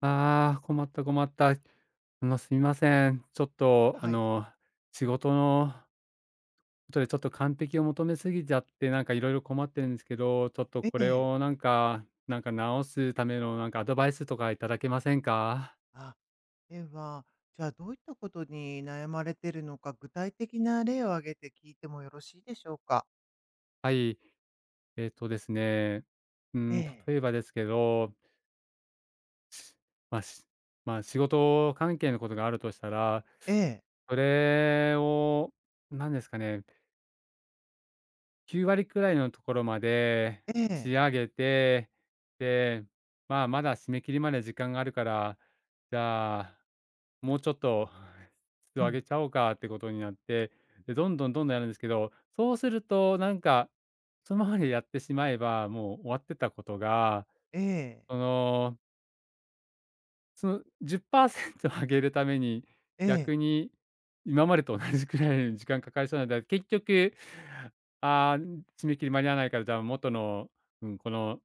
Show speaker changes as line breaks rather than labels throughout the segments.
ああ、困った困った。すみません。ちょっと、
はい。
仕事のことでちょっと完璧を求めすぎちゃって、なんかいろいろ困ってるんですけど、ちょっと
え
これ
え。
をなんか直すためのアドバイスとかいただけませんか？
あ、では、じゃあどういったことに悩まれてるのか、具体的な例を挙げて聞いてもよろしいでしょうか？
はい。えっとですね、う
え
ん、
え。
例えばですけど、まあ、しまあ、仕事関係のことがあるとしたら、
ええ。
それを、何ですかね、9割くらいのところまで
え
仕
え。
上げて、で、まあ、まだ締め切りまで時間があるから、じゃあ、もうちょっと 質
う
を上
ん。
げちゃおうかってことになって、で、どんどんどんどんやるんですけど、そうするとなんか、そのままでやってしまえば、もう終わってたことが、
ええ。
そのその10%上げるために、
ええ。
逆に今までと同じくらいの時間かかりそうなので、結局、ああ、締め切り間に合わないから、じゃあ元の、うん、この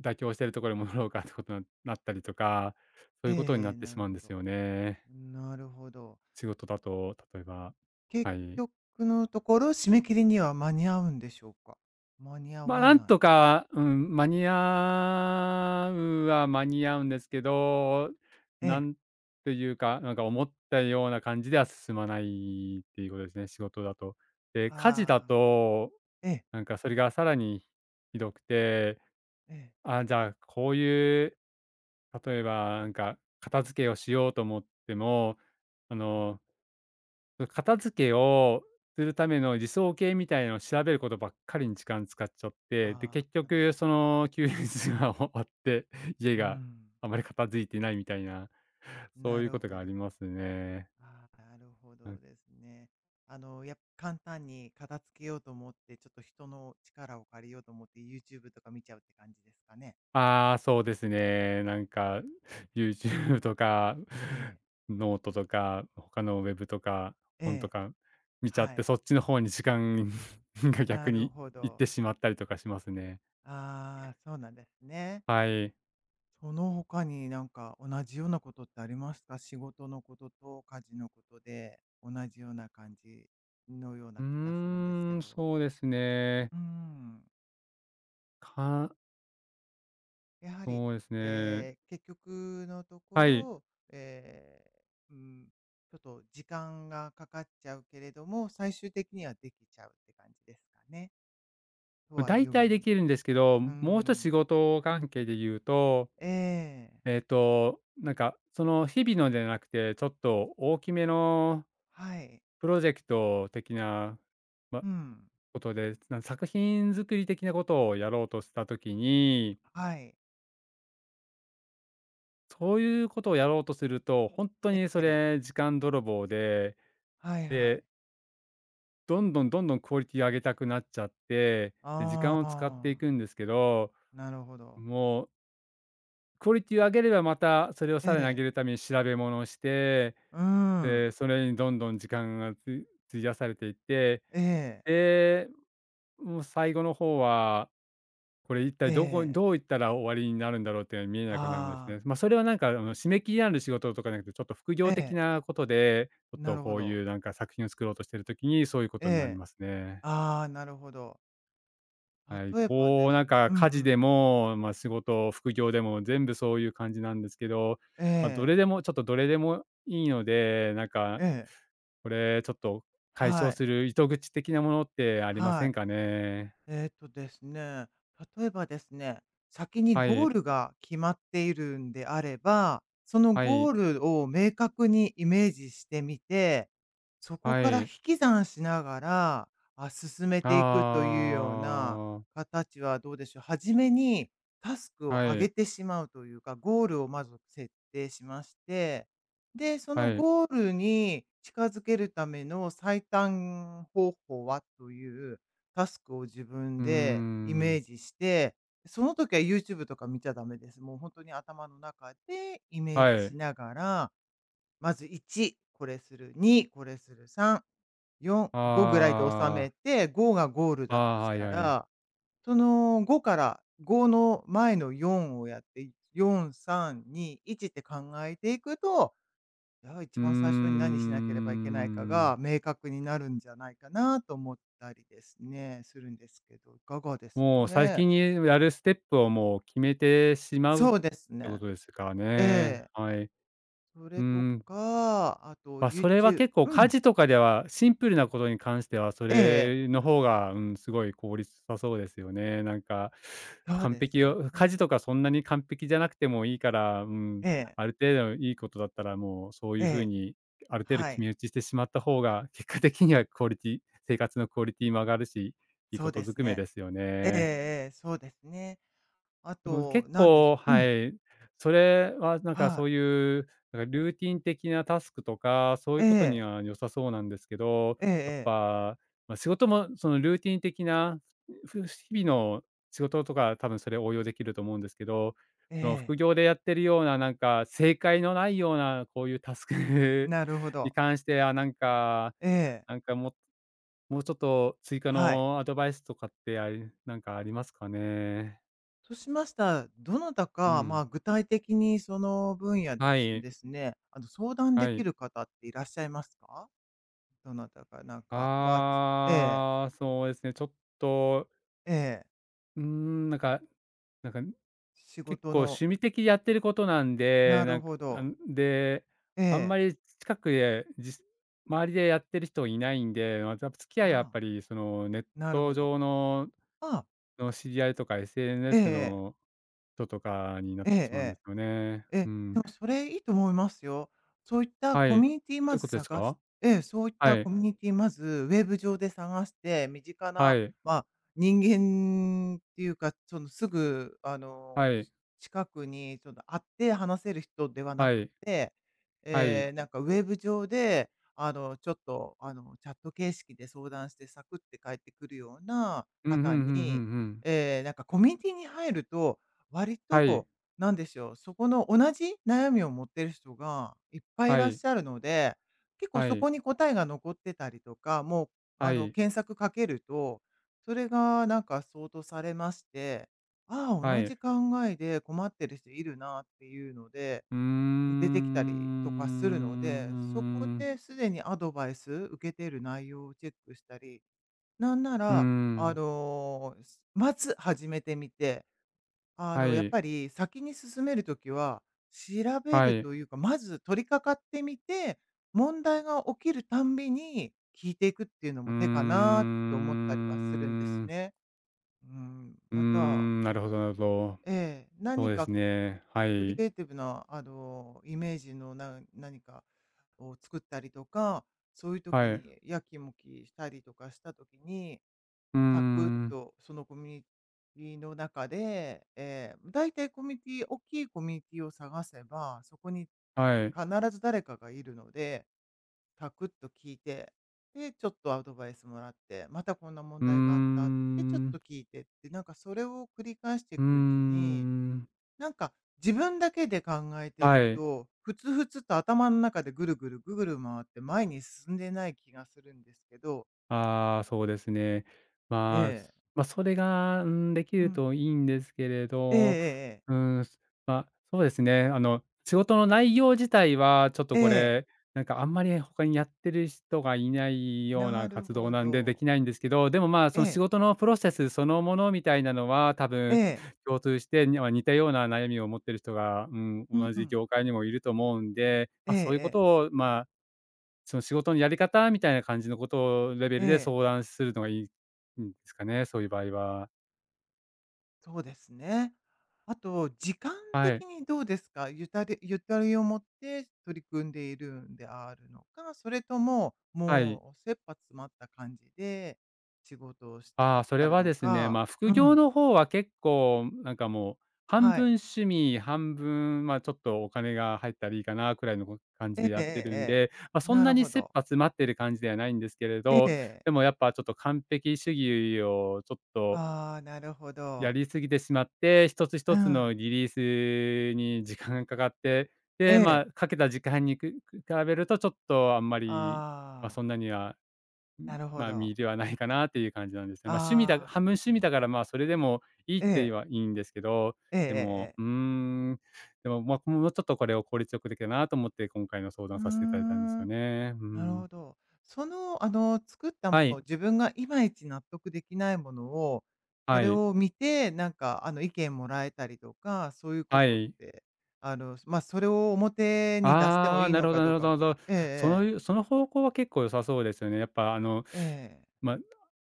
妥協してるところに戻ろうかってことになったりとか、
ええええええうんええええ
そういうことに
え
な
え
って
な
し
る
まうん
ほ
です
ど。
よね。
なるほど。
仕事だと、例えば。
結
はい。
局のところ、締め切りには間に合うんでしょうか？間に合
まあ、
わ
なん
ない。
とか、うん、間に合うは間に合うんですけど、
え
な
え。
んというか、なんか思ったような感じでは進まないっていうことですね、仕事だと。で、家事だ
あ
と、
あ。ええ。
なんかそれがさらにひどくて、
ええ。
あ、じゃあこういう、例えばなんか片付けをしようと思っても、あ
はい。
の片付けをするための理想形みたいのを調べることばっかりに時間使っちゃって、で、
ああ、
結
なる
局
ほど。
その休日が 終わって、家
う
が
ん。
あまり片付いてないみたいな、そ
な
ういう
る
こと
ほ
があ
ど。
りますね。
ああ、なるほ
な
ど
ん。
ですね。あの、やっぱ簡単に片付けようと思って、ちょっと人の力を借りようと思って YouTube とか見ちゃうって感じですかね。
ああ、そうですね。なんか YouTube とか、
ええ、
ノートとか、他のウェブとか、
え
本と
え、
か見ちゃっ
は
て、
い。
そっちの方に時間 が
な
逆
る
に
ほ
行っ
ど。
てしまったりとかしますね。
ああ、そうなんですね。
はい。
その他になんか同じようなことってありますか？仕事のことと家事のことで、同じような感じのような
う
気がするんですけ
ーん、
ど。
そうですね。
うーん。
か
やはり、
そうですね。
えー結局のとこ
はい。
ろ、えーうん、ちょっと時間がかかっちゃうけれども、最終的にはできちゃうって感じですかね。と
ま、
はい
大
うも
体
の
で
の。
きるんですけど、
う
もう一つ仕
ん。なる
事関係で言うと、
ええ
なんか、その日々のじゃなくて、ちょっと大きめの
はい。
プロジェクト的な、ま、
うん。
ことで、作品作り的なことをやろうとしたときに、
はい。
そういうことをやろうとすると、本当にそ
ええ
れ時間泥棒で、
はいはい。
でどんどんどんどんクオリティ上げたくなっちゃって、で、時
あ
間を使っていく
あ、
んですけど、
なるほど。
もうクオリティを上げれば、またそれをさ
え
らに上げ
え
るために調べ物をして、
うん。
で、それにどんどん時間が費やされていって、
ええ
で、もう最後の方は、これ一体
ええ
どういったら終わりになるんだろうっていうのが見えなくなるんです
あ
ね。
あー、
まあ、それはなんか、締め切りのある仕事とかじゃなくて、ちょっと副業
え
的
え
なことで、ちょっ
な
と
るほ
こう
ど。
いうなんか作品を作ろうとしてる時に、そういうこ
え
とになり
え
ますね。
ああ、なるほど。
はい、
例えば
こ
で
う
す
なんか
うんう
家事で
ん。
も、まあ、仕事、副業でも全部そういう感じなんですけど、
え
まあ、ど
え、
れでもちょっとどれでもいいので、なんか
ええ、
これちょっと解
は
消
い、
する糸口的なものってありま
は
せん
い。
かね？
えっとですね、例えばですね、先に
は
ゴ
い、
ールが決まっているんであれば、その
は
ゴ
い、
ールを明確にイメージしてみて、そこ
は
から引
い。
き算しながら、あ、進め
あ
ていくというような
あ、
形はどうでしょう。初めにタスクを
は
上げ
い、
てしまうというか、ゴールをまず設定しまして、で、その
はい。
ゴールに近づけるための最短方法はというタスクを自分
うー
でイメ
ん、
ージして、その時は YouTube とか見ちゃダメです。もう本当に頭の中でイメー
は
ジし
い。
ながら、まず1、これする、2、これする、3、4、5ぐらいで収
あ
め
あ、
て、5がゴール
あ
だと
あ、
し
はい
た
はい。うーんはい。あああ、はいはい。
ら、その5から5の前の4をやって、4、3、2、1って考えていくとや、一
うー
番最初に何しなければいけないか
ん、
が明確になるんじゃないかなと思ったりですね、するんですけど、いかがですか
もう
ね。
先にやるステップをもう決めてしまうっ
そうです
てこ
ね。
とですか
え
ね。
え。
はい。う
それ
ー
と
ん、
か、あと
まあ、そ
u
れ
t
は
u b
結構
e う
家
ん、
事とかでは、シンプルなことに関してはそ
ええええ、
れの方が、うん、すごい効率さそうですよね。なんか、
そう
完
です
璧を家事
ね。
とかそんなに完璧じゃなくてもいいから、うん、
ええ、
ある程度いいことだったら、もうそう
え
いう風
え、
にある程度
は
決
い、
め打ちしてしまった方が、結果的にはクオリティ生活のクオリティも上がるし、いい
そ
こ
う
と
で
ず
す
くめで
ね。
すよ
ええ
ね。
ええ、そうですね。あ
でも
と、
結
なんでし
構
ょう、う
は
ん、
い、それはなんか
は
そう
い、
いう、なんかルーティン的なタスクとか、そうい
え
うことに
え、
は良さそうなんですけど、
ええ
やっ
ええ、
ぱ、まあ、仕事もそのルーティン的な、日々の仕事とか多分それ応用できると思うんですけど、
え
その副
え、
業でやってるようななんか正解のないようなこういうタスク
なるほ
に
ど。
関しては
ええ、
なんかももうちょっと追加
はい。
のアドバイスとかってありなんかありますかね？
としましたら、どなた
う
か、ま
ん。
あ、具体的にその分野でで
は
す
い、
ですね、あの、相談
は
でき
い。
る方っていらっしゃいますか？どなたかなんか、まあ、ちええ、
ああ、そうですね、ちょっと、
ええ、
うーん、なんか、
仕
結
事
構
の
趣味的にやってることなん
な
で、
るほど。え
あんま
え、
り近くで、周りでやってる人いないんで、まあ、付き合
あ
いはやっ
あ、
ぱりそのネッ
なる
ト
ほど。
上の
ああ、
の知り合いとか
ええ
SNS
え、
の人とかになっ
ええ
てしまうんですよね。
ええ。え
う
え、で
ん。
もそれいいと思いますよ。そういった
は
コ
い。
ミュニティ
どう
ま
いう
ず
ことです
探し
か？
ええ、そういっ
は
たコ
い、
ミュニティまずウェブ上で探して、身近
は
な、
い、
まあ、人間っていうか、そのすぐあの、
はい、
し近くにその会って話せる人ではな
は
く
い、
て、
は
え
い。
え、なんかウェブ上で、あの、ちょっとあの、チャット形式で相談してサクって帰ってくるような
うん、うんうんうんう
方に、
ん。
ええ、なんかコミュニティに入ると、割
は
と
い、
なんでしょう、そこの同じ悩みを持ってる人がいっぱいい
は
らっ
い、
しゃるので、結構
は
そこ
い、
に答えが残ってたりとか、もうあ
は
の
い、
検索かけると、それがなんかソートされまして、ああ、
は
同じ
い。
考えで困ってる人いるなっていうので、
うー
出てきたりとかするので、そこ
ん。
ですでにアドバイス受けている内容をチェックしたり、なんな
うー
ら、あ
ん。
のまず始めてみて、あ
は
の、やっ
い、
ぱり先に進めるときは、調べ
は
る
い。
というか、まず取り掛かってみて、問題が起きるたんびに聞いていくっていうの
うー
も手かなって思ったりはするんです
ん。
ね。うん、
うー
また、
ん、なるほどなるほど。
ええ、
そ
何
うで
か
すね。は
クリ
い、
エイティブな、あの、イメージのな何かを作ったりとか、そういう時
はい。
にやきもきしたりとかした時に
うー
サクッ
ん、
とそのコミュニティの中で、ええ、大体コミュニティ大きいコミュニティを探せば、そこに
はい。
必ず誰かがいるので、サクッと聞いて、で、ちょっとアドバイスもらって、またこんな問
うー
題があった、てちょっ
ん、
と聞いてって、なんかそれを繰り返してい
うー
くうちに、
ん。
なんか自分だけで考えて
は
る
い。
と、ふつふつと頭の中でぐるぐるぐるぐる回って前に進んでない気がするんですけど。
ああ、そうですね。
え
まあ、す
え、
まあ、それが、うん、でき
う
る
ん。
といいんですけれ
え
ど、
えええ
うん、すまあ、そうですね、仕事の内容自体はちょっ
え
と
え。
こ
ええ。
れ、なんかあんまり他にやってる人がいないよう
な
な
る
活動
ほ
なんでで
ど。
きないんですけど、でも、まあ、
え
その仕
え、
事のプロセスそのものみたいなのは多
え
分
え、
共通して、まあ似たような悩みを持ってる人が、うん、
う
同じ
ん、
業界にもいると思うんで、
え
まあ、
ええ
そういうこ
え、
とを、まあその仕事のやり方みたいな感じのことをレベ
え
ルで
え、
相談するのがいいんですかね、そういう場合は。
そうですね。あと、時間
は
的
い、
にどうですか？ゆたりゆたりを持って取り組んでいるんであるのか、それとも、
はい。
もう切羽詰まった感じで仕事をしてい
あ
ら
あ、
っし
それ
ゃる
は
の
ですね、ま
か。
あ、
う
副業
ん、
の方は結構なんかもう、半
は
分
い。
趣味、半分、まあ、ちょっとお金が入ったらいいかなくらいの感
え
じで
ええ
や
え
ってるん
ええ。
で、まあ、そん
な
な
る
に
ほ
切
ど。
羽詰まってる感じではないんですけれ
え
ど、
え。
でもやっぱちょっと完璧主義をちょっと
ああ、なるほ
や
ど。
りすぎてしまって、一つ
う
一つの
ん。
リリースに時間がかかって、
え
で、
え。
まあ、かけた時間に比べるとちょっとあんまり、まあ、
あ
そ
あ、
んなには、ん、
なるほ
まあ、
ど。
実ではないかなっていう感じなんですね。まあ、趣味だ
ああ。
半分趣味だから、まあ、それでもいいっ
え
て
え、
はいいんですけど、
ええええ
でも、
ええ。
うーん、でも、まあ、もうちょっとこれを効率よくできるなと思って、今回の相
うー
談させていただいたんです
ん、
よね。う
なる
ん。
ほど。その、あの、作ったも
は
のを
い、
自分がいまいち納得できないものを、そ
は
れ
い、
を見て、なんか、あの、意見もらえたりとか、そういうこ
は
とっ
い。
て、あの、まあ、それを表に出しても
ああ、
いい
な
の
るほど
か
な
どう
るほ
か
ど
を
なるほど。
ええ
そ
え
う
え、
いうその方向は結構良さそうですよね。やっぱ
ええ、
まあ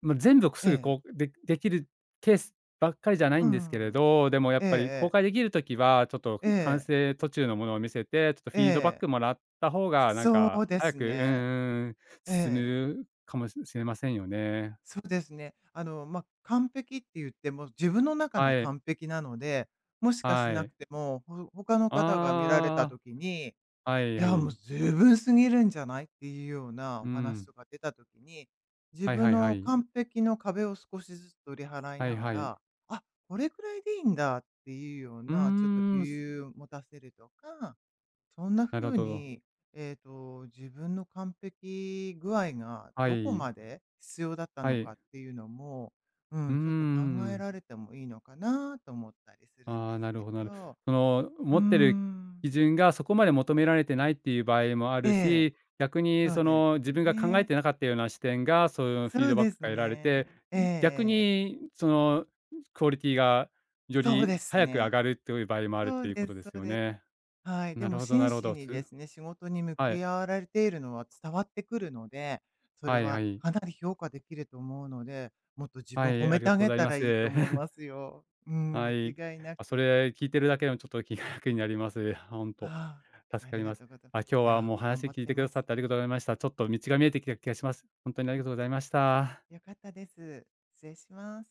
まあ、全部
え
すぐ
え、
こう、できるケースばっかりじゃない
う
んですけれ
ん。
ど、でもや
え
っ
え
ぱり公
ええ、
開できる時は、ちょっと
え
完
え、
成途中のものを見せて、ちょっとフィードバッ
ええ、
クもらった方が、なん
そ
か
うで
早
す
く
ね。
ん、
え
進
え。
むかもしれませんよね。
そうですね。あの、まあ、完璧って言っても、自分の中の
はい、
完璧なので、もしかし
は
なく
い。
ても、ほ他の方が見られた
あ
時に、
あ、はい
い
は
や、もう
い。
十分すぎるんじゃない？っていうようなお
う
話
ん。
とか出た時に、自
はい
分
はいは
の
い。
完璧の壁を少しずつ取り払い
は
な
い
が
はい。
ら、あ、これくらいでいいんだっていうよう
うー
な、ちょっと余
ん、
裕を持たせるとかそんな
なるほ
風
ど。
に、えっと、自分の完璧具合が
は
どこ
い、
まで必要だった
は
の
い。
かっていうのも、う
うー
ん、ちょっと考え
ん。
られてもいいのかなと思ったりするんで
ああ、
す
なる
け
ほどなる
ど、
その、
うー
持ってる
ん。
基準がそこまで求められてないっていう場合もあ
え
る
え、
し、逆に
そう
そ
です
の、自分が考え
ね。
てなかったような視点が、そういうフィ
そ
ー
う
ドバッ
で
ク
す
が得られて、
ね。え
逆
え。
にその、クオリティがよ
そう
り
です
早く上
ね。
がるという場合もあるっ
そう
ていうこ
で
と
す
で
そ
す
う
よ
です。
ね。
はい、で
なる
も
ほど
真
なるほ
摯
ど。
にですね、仕事に向
はい、
き合われているのは伝わってくるので、それ
はいは
は
い。
かなり評価できると思うので、もっと自
は
分褒
い、あ
め
り
て
がと
あ
うご
げ
ざい
た
ま
ら
す。
いいと思いますよ。うん、
はい。
間違いな
あ、そ
く。
れ聞いてるだけでもちょっと気が楽になります。ほんと、
ああ、あ
助か
り
り
が
ま
と
す。
うございま
あ、今
す。
日
いや
はもう
ー、頑
話
張っ
聞い
て
てく
ま
ださ
す。
ってありがとうございました。ちょっと道が見えてきた気がします。ほんとにありが
い
とうございました。
よかったです。失礼します。